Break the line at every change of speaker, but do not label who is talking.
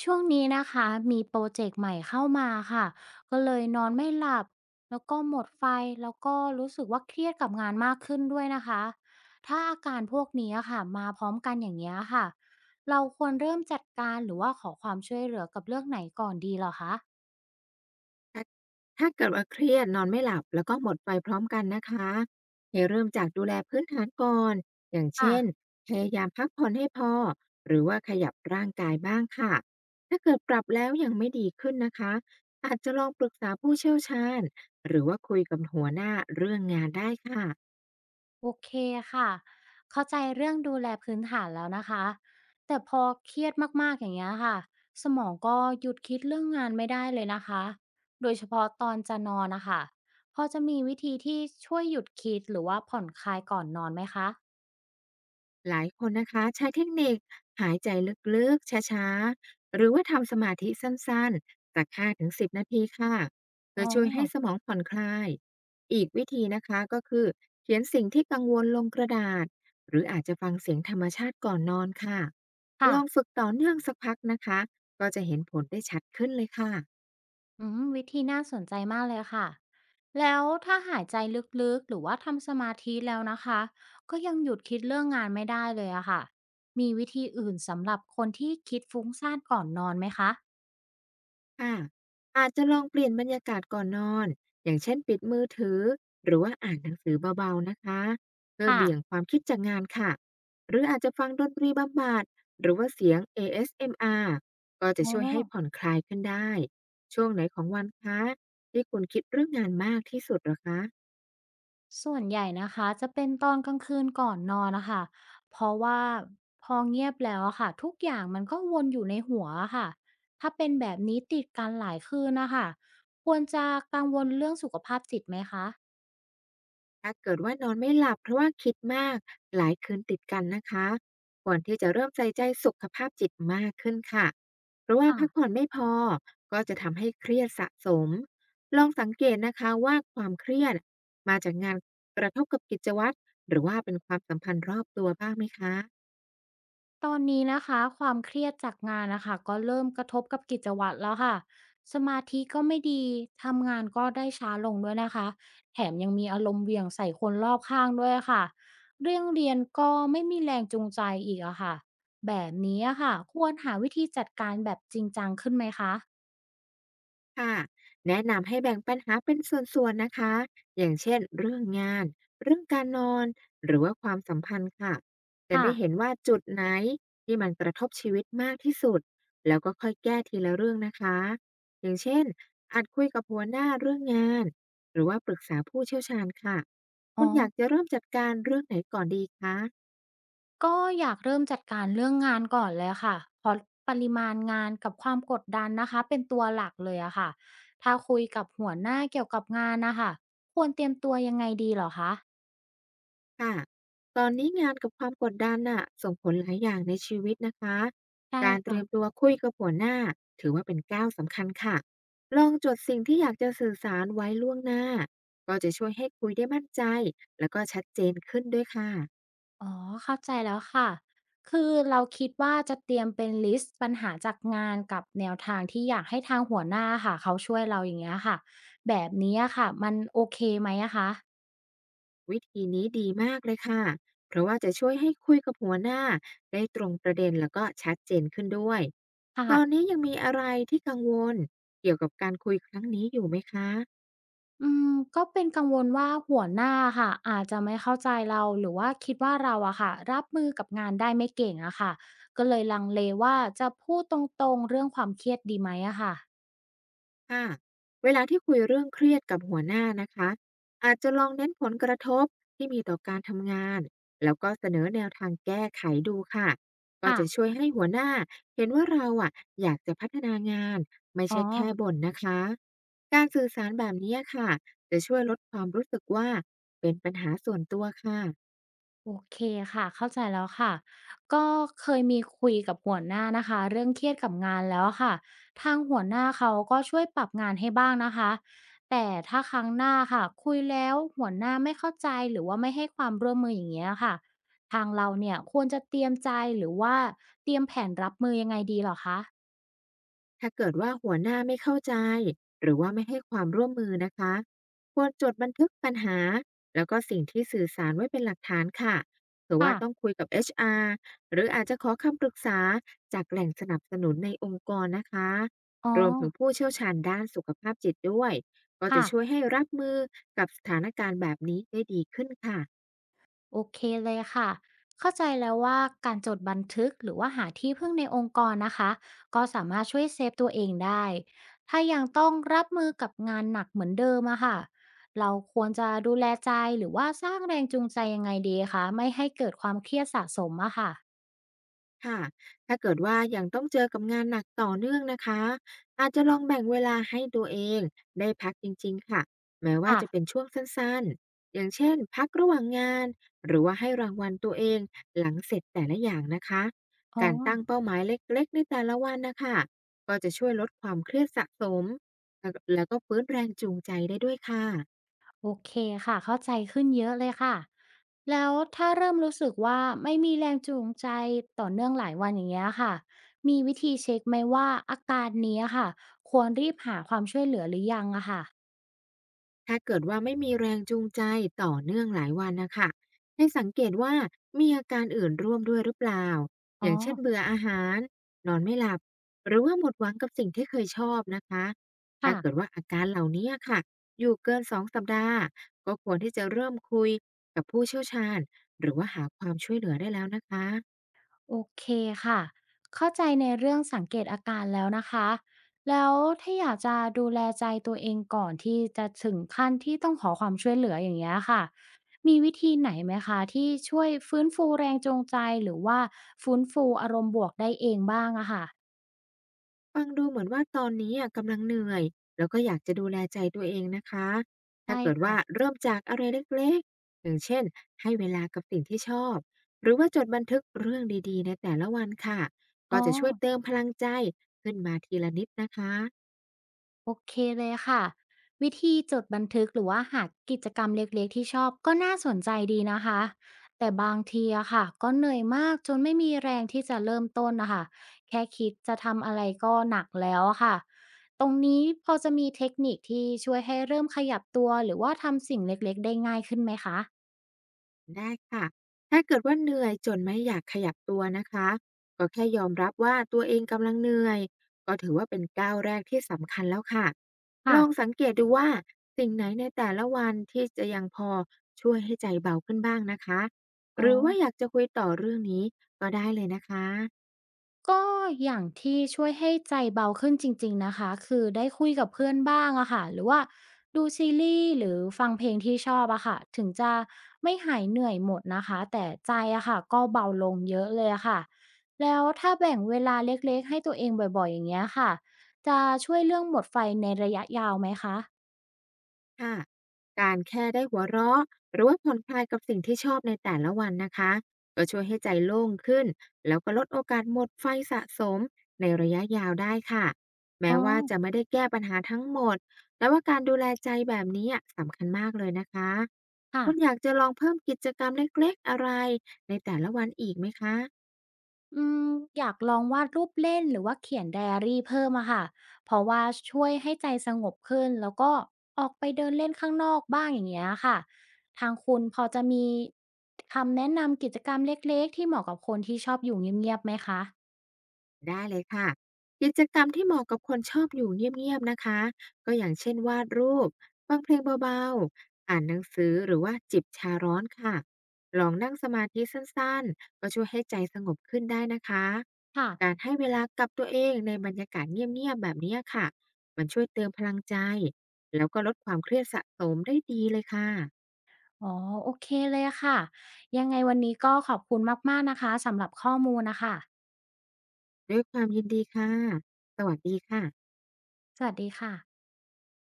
ช่วงนี้นะคะมีโปรเจกต์ใหม่เข้ามาค่ะก็เลยนอนไม่หลับแล้วก็หมดไฟแล้วก็รู้สึกว่าเครียดกับงานมากขึ้นด้วยนะคะถ้าอาการพวกนี้ค่ะมาพร้อมกันอย่างนี้ยค่ะเราควรเริ่มจัดการหรือว่าขอความช่วยเหลือกับเรื่องไหนก่อนดีเหรอคะ
ถ้าถ้าเกิดว่าเครียดนอนไม่หลับแล้วก็หมดไฟพร้อมกันนะคะให้เริ่มจากดูแลพื้นฐานก่อน อย่าง
อ่ะ
เช่นพยายามพักผ่อนให้พอหรือว่าขยับร่างกายบ้างค่ะ ถ้าเกิดปรับแล้วยังไม่ดีขึ้นนะคะอาจจะลองปรึกษาผู้เชี่ยวชาญหรือว่าคุยกับหัวหน้าเรื่องงานได้ค่ะ
โอเคค่ะเข้าใจเรื่องดูแลพื้นฐานแล้วนะคะแต่พอเครียดมากๆอย่างเงี้ยค่ะสมองก็หยุดคิดเรื่องงานไม่ได้เลยนะคะโดยเฉพาะตอนจะนอนนะคะพอจะมีวิธีที่ช่วยหยุดคิดหรือว่าผ่อนคลายก่อนนอนไหมคะ
หลายคนนะคะใช้เทคนิคหายใจลึกๆ ช้าๆ หรือว่าทำสมาธิสั้นๆสัก5-10 นาทีค่ะเพื่
อ๋
อ
อ
ช่วยให้สมองผ่อนคลายอีกวิธีนะคะก็คือเขียนสิ่งที่กังวลลงกระดาษหรืออาจจะฟังเสียงธรรมชาติก่อนนอนค่ะล
ค่ะ
องฝึกต่อเนื่องสักพักนะคะก็จะเห็นผลได้ชัดขึ้นเลยค่ะ
อืมวิธีน่าสนใจมากเลยค่ะแล้วถ้าหายใจลึกๆหรือว่าทำสมาธิแล้วนะคะก็ยังหยุดคิดเรื่องงานไม่ได้เลยอะค่ะมีวิธีอื่นสำหรับคนที่คิดฟุ้งซ่านก่อนนอนไหมคะ
ค่ะอาจจะลองเปลี่ยนบรรยากาศก่อนนอนอย่างเช่นปิดมือถือหรือว่าอ่านหนังสือเบาๆนะคะเพื่อ
ค่ะ
เบี่ยงความคิดจากงานค่ะหรืออาจจะฟังดนตรีบำบัดหรือว่าเสียง ASMR ก็จะ
อ๋อ
ช่วยให้ผ่อนคลายขึ้นได้ช่วงไหนของวันคะที่คุณคิดเรื่องงานมากที่สุดเหรอคะ
ส่วนใหญ่นะคะจะเป็นตอนกลางคืนก่อนนอนนะคะเพราะว่าพอเงียบแล้วอะค่ะทุกอย่างมันก็วนอยู่ในหัวอะค่ะถ้าเป็นแบบนี้ติดกันหลายคืนนะคะควรจะกังวลเรื่องสุขภาพจิตไหมคะ
ถ้าเกิดว่านอนไม่หลับเพราะว่าคิดมากหลายคืนติดกันนะคะควรที่จะเริ่มใส่ใจสุขภาพจิตมากขึ้นค่ะเพราะว่าพักผ่อนไม่พอก็จะทำให้เครียดสะสมลองสังเกตนะคะว่าความเครียดมาจากงานกระทบกับกิจวัตรหรือว่าเป็นความสัมพันธ์รอบตัวบ้างไหมคะ
ตอนนี้นะคะความเครียดจากงานนะคะก็เริ่มกระทบกับกิจวัตรแล้วค่ะสมาธิก็ไม่ดีทำงานก็ได้ช้าลงด้วยนะคะแถมยังมีอารมณ์เหวี่ยงใส่คนรอบข้างด้วยค่ะเรื่องเรียนก็ไม่มีแรงจูงใจอีกอะค่ะแบบนี้อะค่ะควรหาวิธีจัดการแบบจริงจังขึ้นไหมคะ
ค่ะแนะนำให้แบ่งปัญหาเป็นส่วนๆนะคะอย่างเช่นเรื่องงานเรื่องการนอนหรือว่าความสัมพันธ์ค่ะจะ
ค่ะ
ได้เห็นว่าจุดไหนที่มันกระทบชีวิตมากที่สุดแล้วก็ค่อยแก้ทีละเรื่องนะคะอย่างเช่นอาจคุยกับหัวหน้าเรื่องงานหรือว่าปรึกษาผู้เชี่ยวชาญค่ะคุ
อ๋อ
ณอยากจะเริ่มจัดการเรื่องไหนก่อนดีคะ
ก็อยากเริ่มจัดการเรื่องงานก่อนเลยค่ะเพราะปริมาณงานกับความกดดันนะคะเป็นตัวหลักเลยอะค่ะถ้าคุยกับหัวหน้าเกี่ยวกับงานนะคะควรเตรียมตัวยังไงดีเหรอคะ
ค่ะตอนนี้งานกับความกดดันน่ะส่งผลหลายอย่างในชีวิตนะคะ
ใช่
การเตรียม
ค่ะ
ตัวคุยกับหัวหน้าถือว่าเป็นก้าวสำคัญค่ะ ลองจดสิ่งที่อยากจะสื่อสารไว้ล่วงหน้าก็จะช่วยให้คุยได้มั่นใจแล้วก็ชัดเจนขึ้นด้วยค่ะ
อ๋อเข้าใจแล้วค่ะคือเราคิดว่าจะเตรียมเป็นลิสต์ปัญหาจากงานกับแนวทางที่อยากให้ทางหัวหน้าค่ะเขาช่วยเราอย่างเงี้ยค่ะแบบนี้อะค่ะมันโอเคไหมอะคะ
วิธีนี้ดีมากเลยค่ะเพราะว่าจะช่วยให้คุยกับหัวหน้าได้ตรงประเด็นแล้วก็ชัดเจนขึ้นด้วยตอ
ค่ะ
นนี้ยังมีอะไรที่กังวลเกี่ยวกับการคุยครั้งนี้อยู่ไหมคะ
อืมก็เป็นกังวลว่าหัวหน้าค่ะอาจจะไม่เข้าใจเราหรือว่าคิดว่าเราอะค่ะรับมือกับงานได้ไม่เก่งอะค่ะก็เลยลังเลว่าจะพูดตรงๆเรื่องความเครียดดีไหมอะค่ะ
ค่ะเวลาที่คุยเรื่องเครียดกับหัวหน้านะคะอาจจะลองเน้นผลกระทบที่มีต่อการทำงานแล้วก็เสนอแนวทางแก้ไขดูค่ะก็
ค่ะ
จะช่วยให้หัวหน้าเห็นว่าเราอ่ะอยากจะพัฒนางานไม่
อ๋อ
ใช่แค่บ่นนะคะการสื่อสารแบบนี้ค่ะจะช่วยลดความรู้สึกว่าเป็นปัญหาส่วนตัวค่ะ
โอเคค่ะเข้าใจแล้วค่ะก็เคยมีคุยกับหัวหน้านะคะเรื่องเครียดกับงานแล้วค่ะทางหัวหน้าเขาก็ช่วยปรับงานให้บ้างนะคะแต่ถ้าครั้งหน้าค่ะคุยแล้วหัวหน้าไม่เข้าใจหรือว่าไม่ให้ความร่วมมืออย่างเงี้ยค่ะทางเราเนี่ยควรจะเตรียมใจหรือว่าเตรียมแผนรับมือยังไงดีเหรอคะ
ถ้าเกิดว่าหัวหน้าไม่เข้าใจหรือว่าไม่ให้ความร่วมมือนะคะควรจดบันทึกปัญหาแล้วก็สิ่งที่สื่อสารไว้เป็นหลักฐานค่ะหรือว่า
ค่ะ
ต้องคุยกับ HR หรืออาจจะขอคำปรึกษาจากแหล่งสนับสนุนในองค์กรนะคะ
อ๋อ
รวมถึงผู้เชี่ยวชาญด้านสุขภาพจิตด้วยก็จะ
ค่ะ
ช่วยให้รับมือกับสถานการณ์แบบนี้ได้ดีขึ้นค่ะ
โอเคเลยค่ะ เข้าใจแล้วว่าการจดบันทึกหรือว่าหาที่พึ่งในองค์กรนะคะก็สามารถช่วยเซฟตัวเองได้ ถ้ายังต้องรับมือกับงานหนักเหมือนเดิมอะค่ะเราควรจะดูแลใจหรือว่าสร้างแรงจูงใจยังไงดีคะไม่ให้เกิดความเครียดสะสมอะค่ะ
ค่ะถ้าเกิดว่ายังต้องเจอกับงานหนักต่อเนื่องนะคะอาจจะลองแบ่งเวลาให้ตัวเองได้พักจริงๆค่ะ แม้ว่า
ค่ะ
จะเป็นช่วงสั้นๆ อย่างเช่นพักระหว่างงานหรือว่าให้รางวัลตัวเองหลังเสร็จแต่ละอย่างนะคะ
อ๋อ
การตั้งเป้าหมายเล็กๆในแต่ละวันนะคะก็จะช่วยลดความเครียดสะสมแล้วก็ฟื้นแรงจูงใจได้ด้วยค่ะ
โอเคค่ะเข้าใจขึ้นเยอะเลยค่ะแล้วถ้าเริ่มรู้สึกว่าไม่มีแรงจูงใจต่อเนื่องหลายวันอย่างเงี้ยค่ะมีวิธีเช็คไหมว่าอาการเนี้ยค่ะควรรีบหาความช่วยเหลือหรือยังอะค่ะ
ถ้าเกิดว่าไม่มีแรงจูงใจต่อเนื่องหลายวันนะคะให้สังเกตว่ามีอาการอื่นร่วมด้วยหรือเปล่าอ
อ๋อ
ย่างเช่นเบื่ออาหารนอนไม่หลับหรือว่าหมดหวังกับสิ่งที่เคยชอบนะคะถ้าเกิด
ค่ะ
ว่าอาการเหล่านี้ค่ะอยู่เกิน2 สัปดาห์ก็ควรที่จะเริ่มคุยกับผู้เชี่ยวชาญหรือว่าหาความช่วยเหลือได้แล้วนะคะ
โอเคค่ะเข้าใจในเรื่องสังเกตอาการแล้วนะคะแล้วถ้าอยากจะดูแลใจตัวเองก่อนที่จะถึงขั้นที่ต้องขอความช่วยเหลืออย่างเงี้ยค่ะมีวิธีไหนไหมคะที่ช่วยฟื้นฟูแรงจูงใจหรือว่าฟื้นฟูอารมณ์บวกได้เองบ้างอะค่ะ
ฟังดูเหมือนว่าตอนนี้อะกำลังเหนื่อยแล้วก็อยากจะดูแลใจตัวเองนะคะถ้า
ได้
เกิด
ค่ะ
ว่าเริ่มจากอะไรเล็กๆอย่างเช่นให้เวลากับสิ่งที่ชอบหรือว่าจดบันทึกเรื่องดีๆในแต่ละวันค่ะก็
อ๋อ
จะช่วยเติมพลังใจขึ้นมาทีละนิดนะคะ
โอเคเลยค่ะวิธีจดบันทึกหรือว่าหากิจกรรมเล็กๆที่ชอบก็น่าสนใจดีนะคะแต่บางทีอะค่ะก็เหนื่อยมากจนไม่มีแรงที่จะเริ่มต้นนะคะแค่คิดจะทำอะไรก็หนักแล้วอะค่ะตรงนี้พอจะมีเทคนิคที่ช่วยให้เริ่มขยับตัวหรือว่าทำสิ่งเล็กๆได้ง่ายขึ้นไหมคะ
ได้ค่ะ ถ้าเกิดว่าเหนื่อยจนไม่อยากขยับตัวนะคะ ก็แค่ยอมรับว่าตัวเองกำลังเหนื่อยก็ถือว่าเป็นก้าวแรกที่สำคัญแล้วค่ะ ลอง
ค่ะ
สังเกตดูว่าสิ่งไหนในแต่ละวันที่จะยังพอช่วยให้ใจเบาขึ้นบ้างนะคะ ห
อ๋อ
รือว่าอยากจะคุยต่อเรื่องนี้ก็ได้เลยนะคะ
ก็อย่างที่ช่วยให้ใจเบาขึ้นจริงๆนะคะคือได้คุยกับเพื่อนบ้างอะค่ะหรือว่าดูซีรีส์หรือฟังเพลงที่ชอบอะค่ะถึงจะไม่หายเหนื่อยหมดนะคะแต่ใจอะค่ะก็เบาลงเยอะเลยอะค่ะแล้วถ้าแบ่งเวลาเล็กๆให้ตัวเองบ่อยๆอย่างเงี้ยค่ะจะช่วยเรื่องหมดไฟในระยะยาวไหมคะ
ค่ะการแค่ได้หัวเราะหรือว่าผ่อนคลายกับสิ่งที่ชอบในแต่ละวันนะคะก็ช่วยให้ใจโล่งขึ้นแล้วก็ลดโอกาสหมดไฟสะสมในระยะยาวได้ค่ะแม้
อ๋อ
ว่าจะไม่ได้แก้ปัญหาทั้งหมดแต่ว่าการดูแลใจแบบนี้อะสำคัญมากเลยนะคะ
ค่ะ
คุณอยากจะลองเพิ่มกิจกรรมเล็กๆอะไรในแต่ละวันอีกไหมคะ
อืมอยากลองวาดรูปเล่นหรือว่าเขียนไดอารี่เพิ่มอะค่ะเพราะว่าช่วยให้ใจสงบขึ้นแล้วก็ออกไปเดินเล่นข้างนอกบ้างอย่างเงี้ยค่ะทางคุณพอจะมีคำแนะนำกิจกรรมเล็กๆที่เหมาะกับคนที่ชอบอยู่เงียบๆไหมคะ
ได้เลยค่ะกิจกรรมที่เหมาะกับคนชอบอยู่เงียบๆนะคะก็อย่างเช่นวาดรูปฟังเพลงเบาๆอ่านหนังสือหรือว่าจิบชาร้อนค่ะลองนั่งสมาธิสั้นๆก็ช่วยให้ใจสงบขึ้นได้นะคะ
ค่ะ
การให้เวลากับตัวเองในบรรยากาศเงียบๆแบบนี้ค่ะมันช่วยเติมพลังใจแล้วก็ลดความเครียดสะสมได้ดีเลยค่ะ
อ๋อโอเคเลยค่ะยังไงวันนี้ก็ขอบคุณมากๆนะคะสำหรับข้อมูลนะคะ
ด้วยความยินดีค่ะสวัสดีค่ะ
สวัสดีค่ะ